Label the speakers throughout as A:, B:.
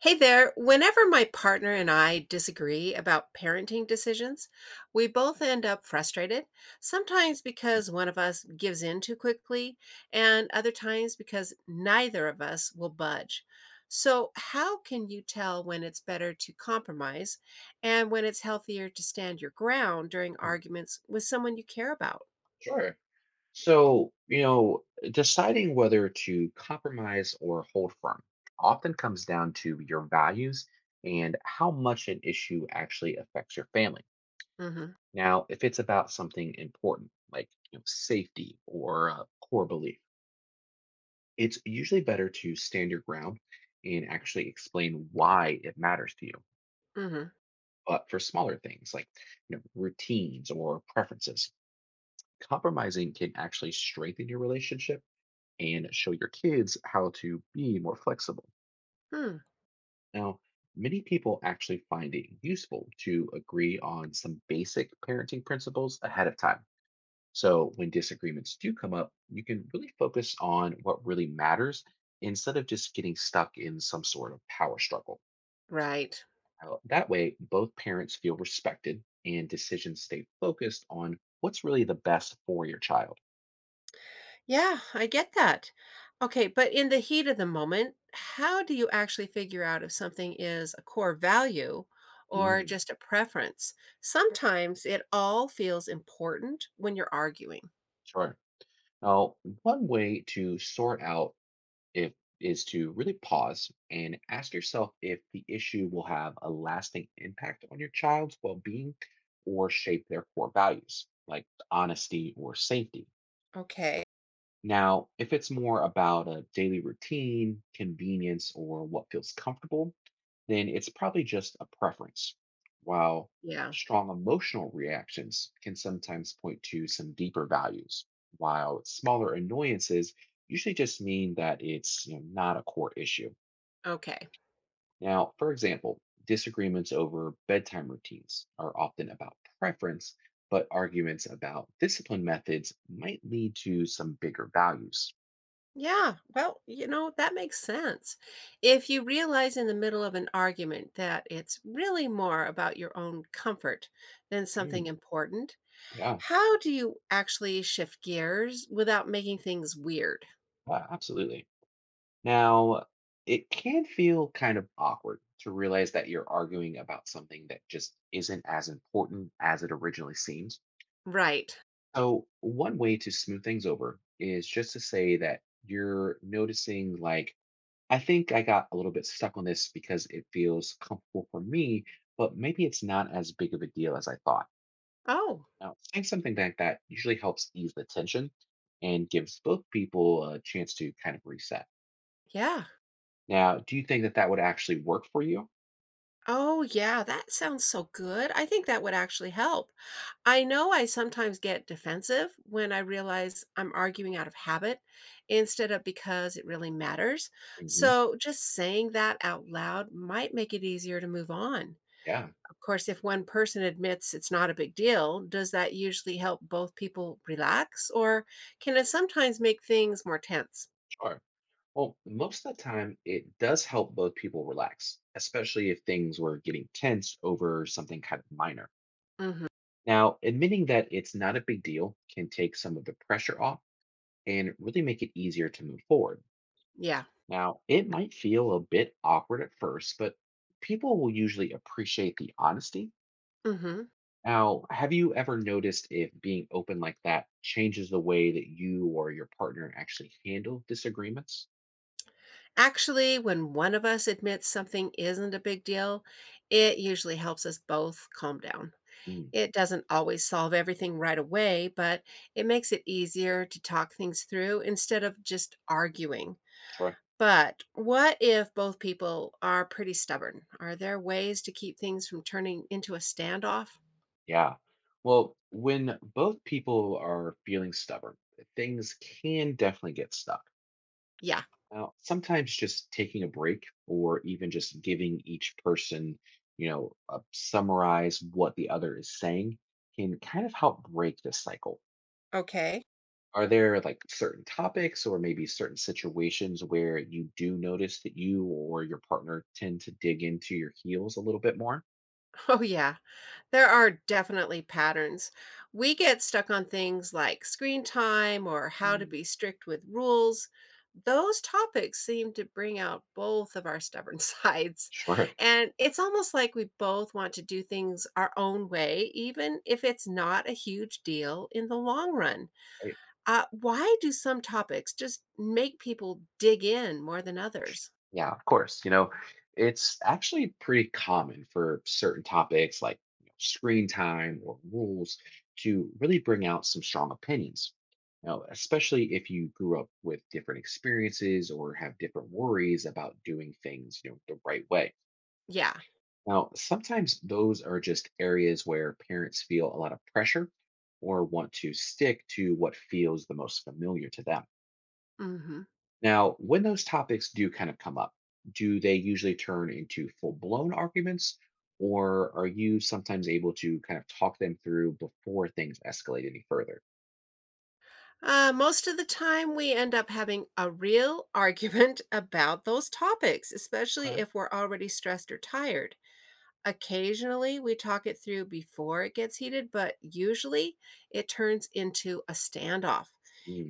A: Hey there. Whenever my partner and I disagree about parenting decisions, we both end up frustrated, sometimes because one of us gives in too quickly, and other times because neither of us will budge. So, how can you tell when it's better to compromise and when it's healthier to stand your ground during
B: Mm,
A: arguments with someone you care about?
B: Sure. So, deciding whether to compromise or hold firm often comes down to your values and how much an issue actually affects your family.
A: Mm-hmm.
B: Now, if it's about something important like safety or a core belief, it's usually better to stand your ground and actually explain why it matters to you.
A: Mm-hmm.
B: But for smaller things like routines or preferences, compromising can actually strengthen your relationship and show your kids how to be more flexible.
A: Hmm.
B: Now, many people actually find it useful to agree on some basic parenting principles ahead of time. So when disagreements do come up, you can really focus on what really matters instead of just getting stuck in some sort of power struggle.
A: Right.
B: That way, both parents feel respected and decisions stay focused on what's really the best for your child.
A: Yeah, I get that. Okay, but in the heat of the moment, how do you actually figure out if something is a core value or
B: Mm,
A: just a preference? Sometimes it all feels important when you're arguing.
B: sure. Now, one way to sort out if is to really pause and ask yourself if the issue will have a lasting impact on your child's well-being or shape their core values like honesty or safety.
A: Okay.
B: Now, if it's more about a daily routine, convenience, or what feels comfortable, then it's probably just a preference. While
A: Yeah,
B: strong emotional reactions can sometimes point to some deeper values, while smaller annoyances usually just mean that it's not a core issue.
A: okay.
B: Now, for example, disagreements over bedtime routines are often about preference, but arguments about discipline methods might lead to some bigger values.
A: Yeah, well, that makes sense. If you realize in the middle of an argument that it's really more about your own comfort than something important,
B: Yeah,
A: how do you actually shift gears without making things weird?
B: absolutely. Now, it can feel kind of awkward to realize that you're arguing about something that just isn't as important as it originally seems.
A: Right.
B: So, one way to smooth things over is just to say that you're noticing, like, I think I got a little bit stuck on this because it feels comfortable for me, but maybe it's not as big of a deal as I thought.
A: Oh,
B: Now, saying something like that usually helps ease the tension and gives both people a chance to kind of reset.
A: yeah.
B: Now, do you think that would actually work for you?
A: Oh, yeah. That sounds so good. I think that would actually help. I know I sometimes get defensive when I realize I'm arguing out of habit instead of because it really matters.
B: hmm
A: So, just saying that out loud might make it easier to move on.
B: Yeah,
A: Of course, if one person admits it's not a big deal, does that usually help both people relax or can it sometimes make things more tense?
B: sure. Well, most of the time, it does help both people relax, especially if things were getting tense over something kind of minor.
A: Mhm.
B: Now, admitting that it's not a big deal can take some of the pressure off and really make it easier to move forward.
A: Yeah.
B: Now, it might feel a bit awkward at first, but people will usually appreciate the honesty.
A: Mhm.
B: Now, have you ever noticed if being open like that changes the way that you or your partner actually handle disagreements?
A: Actually, when one of us admits something isn't a big deal, it usually helps us both calm down.
B: Mm,
A: It doesn't always solve everything right away, but it makes it easier to talk things through instead of just arguing.
B: sure.
A: But what if both people are pretty stubborn? Are there ways to keep things from turning into a standoff?
B: Yeah. Well, when both people are feeling stubborn, things can definitely get stuck.
A: Yeah.
B: Now, sometimes just taking a break or even just giving each person, a summarize what the other is saying can kind of help break this cycle.
A: Okay.
B: Are there like certain topics or maybe certain situations where you do notice that you or your partner tend to dig into your heels a little bit more?
A: Oh, yeah. There are definitely patterns. We get stuck on things like screen time or how to
B: Mm,
A: be strict with rules. Those topics seem to bring out both of our stubborn sides.
B: Sure.
A: And it's almost like we both want to do things our own way, even if it's not a huge deal in the long run.
B: Right.
A: Why do some topics just make people dig in more than others?
B: Yeah, of course. You know, it's actually pretty common for certain topics like screen time or rules to really bring out some strong opinions. Now, especially if you grew up with different experiences or have different worries about doing things, you know, the right way.
A: Yeah.
B: Now, sometimes those are just areas where parents feel a lot of pressure or want to stick to what feels the most familiar to them.
A: Mm hmm.
B: Now, when those topics do kind of come up, do they usually turn into full blown arguments or are you sometimes able to kind of talk them through before things escalate any further?
A: Most of the time, we end up having a real argument about those topics, especially
B: Okay.
A: if we're already stressed or tired. Occasionally, we talk it through before it gets heated, but usually it turns into a standoff.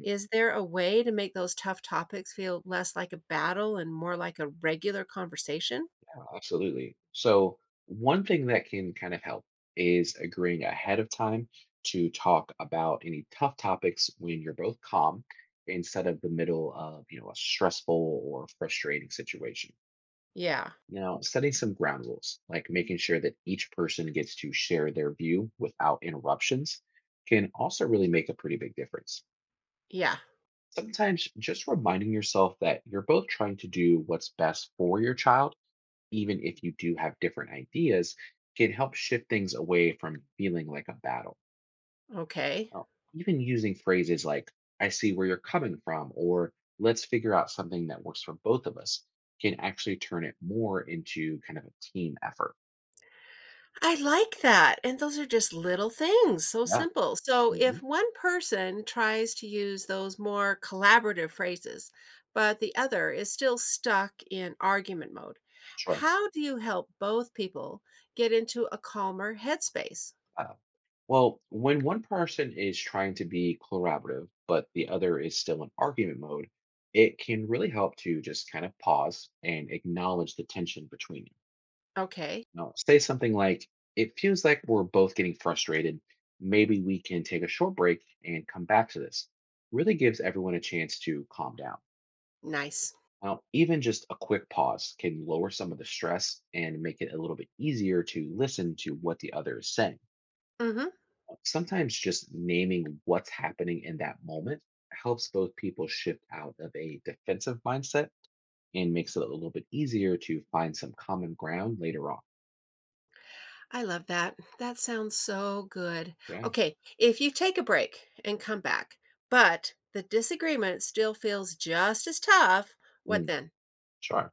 A: Is there a way to make those tough topics feel less like a battle and more like a regular conversation?
B: Yeah, absolutely. So, one thing that can kind of help is agreeing ahead of time to talk about any tough topics when you're both calm instead of the middle of, a stressful or frustrating situation.
A: Yeah.
B: Now, setting some ground rules, like making sure that each person gets to share their view without interruptions, can also really make a pretty big difference.
A: Yeah.
B: Sometimes just reminding yourself that you're both trying to do what's best for your child even if you do have different ideas, can help shift things away from feeling like a battle.
A: Okay.
B: Now, even using phrases like, I see where you're coming from, or let's figure out something that works for both of us can actually turn it more into kind of a team effort.
A: I like that, and those are just little things, so
B: Yeah.
A: simple. So
B: hmm
A: if one person tries to use those more collaborative phrases, but the other is still stuck in argument mode,
B: Sure.
A: how do you help both people get into a calmer headspace?
B: Uh, well, when one person is trying to be collaborative, but the other is still in argument mode, it can really help to just kind of pause and acknowledge the tension between.
A: Okay,
B: Now, say something like, it feels like we're both getting frustrated. Maybe we can take a short break and come back to this. Really gives everyone a chance to calm down.
A: nice.
B: Now, even just a quick pause can lower some of the stress and make it a little bit easier to listen to what the other is saying.
A: Hmm.
B: Sometimes just naming what's happening in that moment helps both people shift out of a defensive mindset and makes it a little bit easier to find some common ground later on.
A: I love that. That sounds so good.
B: Yeah,
A: Okay, if you take a break and come back, but the disagreement still feels just as tough, what
B: mm,
A: then?
B: sure.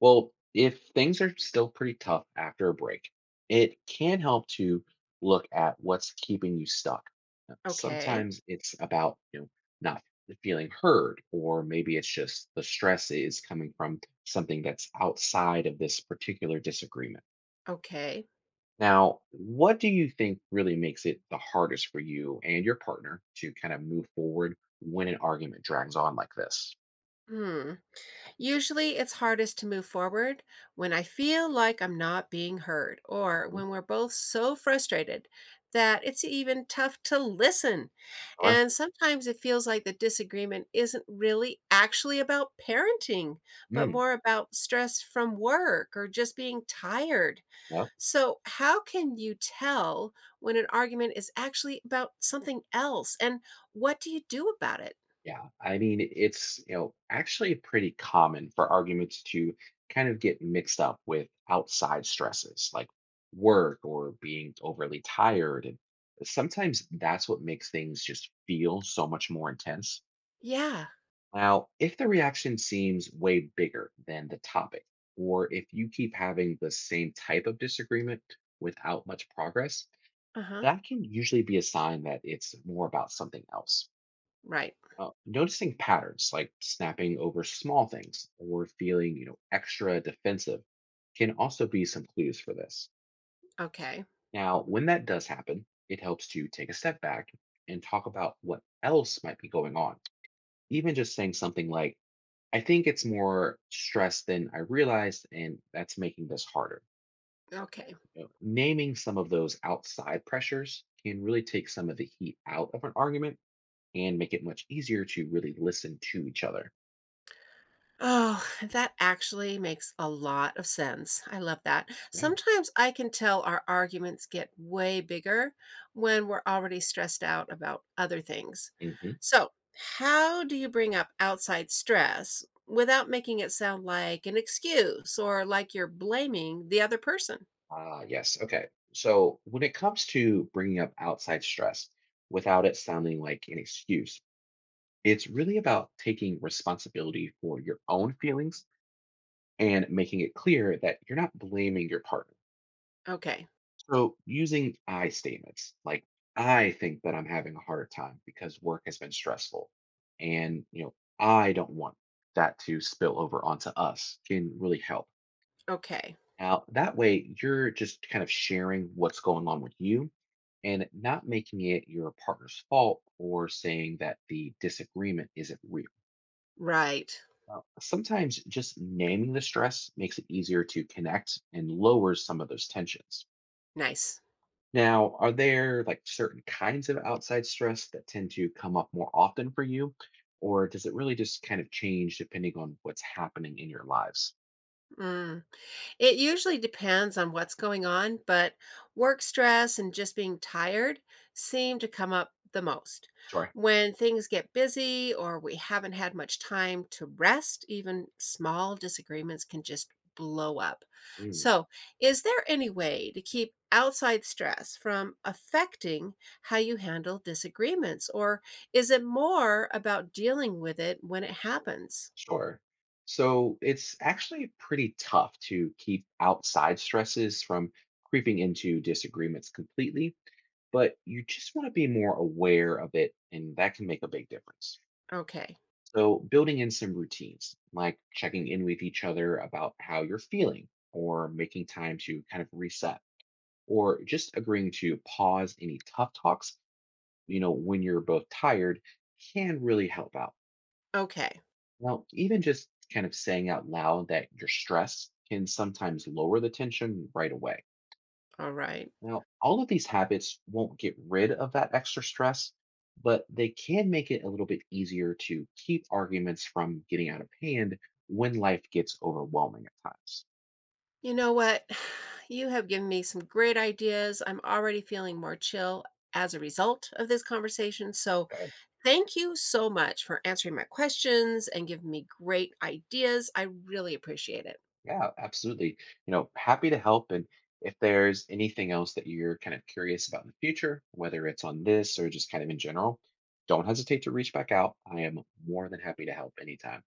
B: Well, if things are still pretty tough after a break, it can help to look at what's keeping you stuck.
A: Okay.
B: Sometimes it's about, not feeling heard, or maybe it's just the stress is coming from something that's outside of this particular disagreement.
A: Okay.
B: Now, what do you think really makes it the hardest for you and your partner to kind of move forward when an argument drags on like this?
A: Hmm. Usually it's hardest to move forward when I feel like I'm not being heard or
B: Mhm.
A: when we're both so frustrated that it's even tough to listen.
B: Or,
A: And sometimes it feels like the disagreement isn't really actually about parenting, but
B: mm,
A: more about stress from work or just being tired. So, how can you tell when an argument is actually about something else? And what do you do about it?
B: yeah, I mean, it's actually pretty common for arguments to kind of get mixed up with outside stresses like work or being overly tired. And sometimes that's what makes things just feel so much more intense.
A: Yeah.
B: Now, if the reaction seems way bigger than the topic, or if you keep having the same type of disagreement without much progress,
A: Uh huh.
B: that can usually be a sign that it's more about something else.
A: Right.
B: Noticing patterns like snapping over small things or feeling extra defensive can also be some clues for this.
A: Okay.
B: Now when that does happen it helps to take a step back and talk about what else might be going on, even just saying something like I think it's more stress than I realized and that's making this harder.
A: Okay.
B: You know, naming some of those outside pressures can really take some of the heat out of an argument and make it much easier to really listen to each other.
A: Oh, that actually makes a lot of sense. I love that.
B: Yeah.
A: Sometimes I can tell our arguments get way bigger when we're already stressed out about other things.
B: Mhm.
A: So, how do you bring up outside stress without making it sound like an excuse or like you're blaming the other person?
B: Ah, yes. Okay. So when it comes to bringing up outside stress without it sounding like an excuse, it's really about taking responsibility for your own feelings and making it clear that you're not blaming your partner.
A: Okay.
B: So using I statements like, I think that I'm having a hard time because work has been stressful. And, you know, I don't want that to spill over onto us can really help.
A: Okay.
B: Now, that way, you're just kind of sharing what's going on with you and not making it your partner's fault or saying that the disagreement isn't real.
A: Right.
B: Now, sometimes just naming the stress makes it easier to connect and lowers some of those tensions.
A: Nice.
B: Now, are there like certain kinds of outside stress that tend to come up more often for you? Or does it really just kind of change depending on what's happening in your lives?
A: Mm. It usually depends on what's going on, but work stress and just being tired seem to come up the most.
B: Sorry.
A: When things get busy or we haven't had much time to rest, even small disagreements can just blow up. So, is there any way to keep outside stress from affecting how you handle disagreements, or is it more about dealing with it when it happens?
B: Sure. So it's actually pretty tough to keep outside stresses from creeping into disagreements completely, but you just want to be more aware of it, and that can make a big difference.
A: Okay.
B: So, building in some routines, like checking in with each other about how you're feeling, or making time to kind of reset, or just agreeing to pause any tough talks, when you're both tired, can really help out.
A: Okay.
B: Well, even just kind of saying out loud that you're stressed can sometimes lower the tension right away.
A: All right.
B: Now, all of these habits won't get rid of that extra stress, but they can make it a little bit easier to keep arguments from getting out of hand when life gets overwhelming at times.
A: You know what? You have given me some great ideas. I'm already feeling more chill as a result of this conversation. So, thank you so much for answering my questions and giving me great ideas. I really appreciate it.
B: Yeah, absolutely. You know, happy to help. And if there's anything else that you're kind of curious about in the future, whether it's on this or just kind of in general, don't hesitate to reach back out. I am more than happy to help anytime.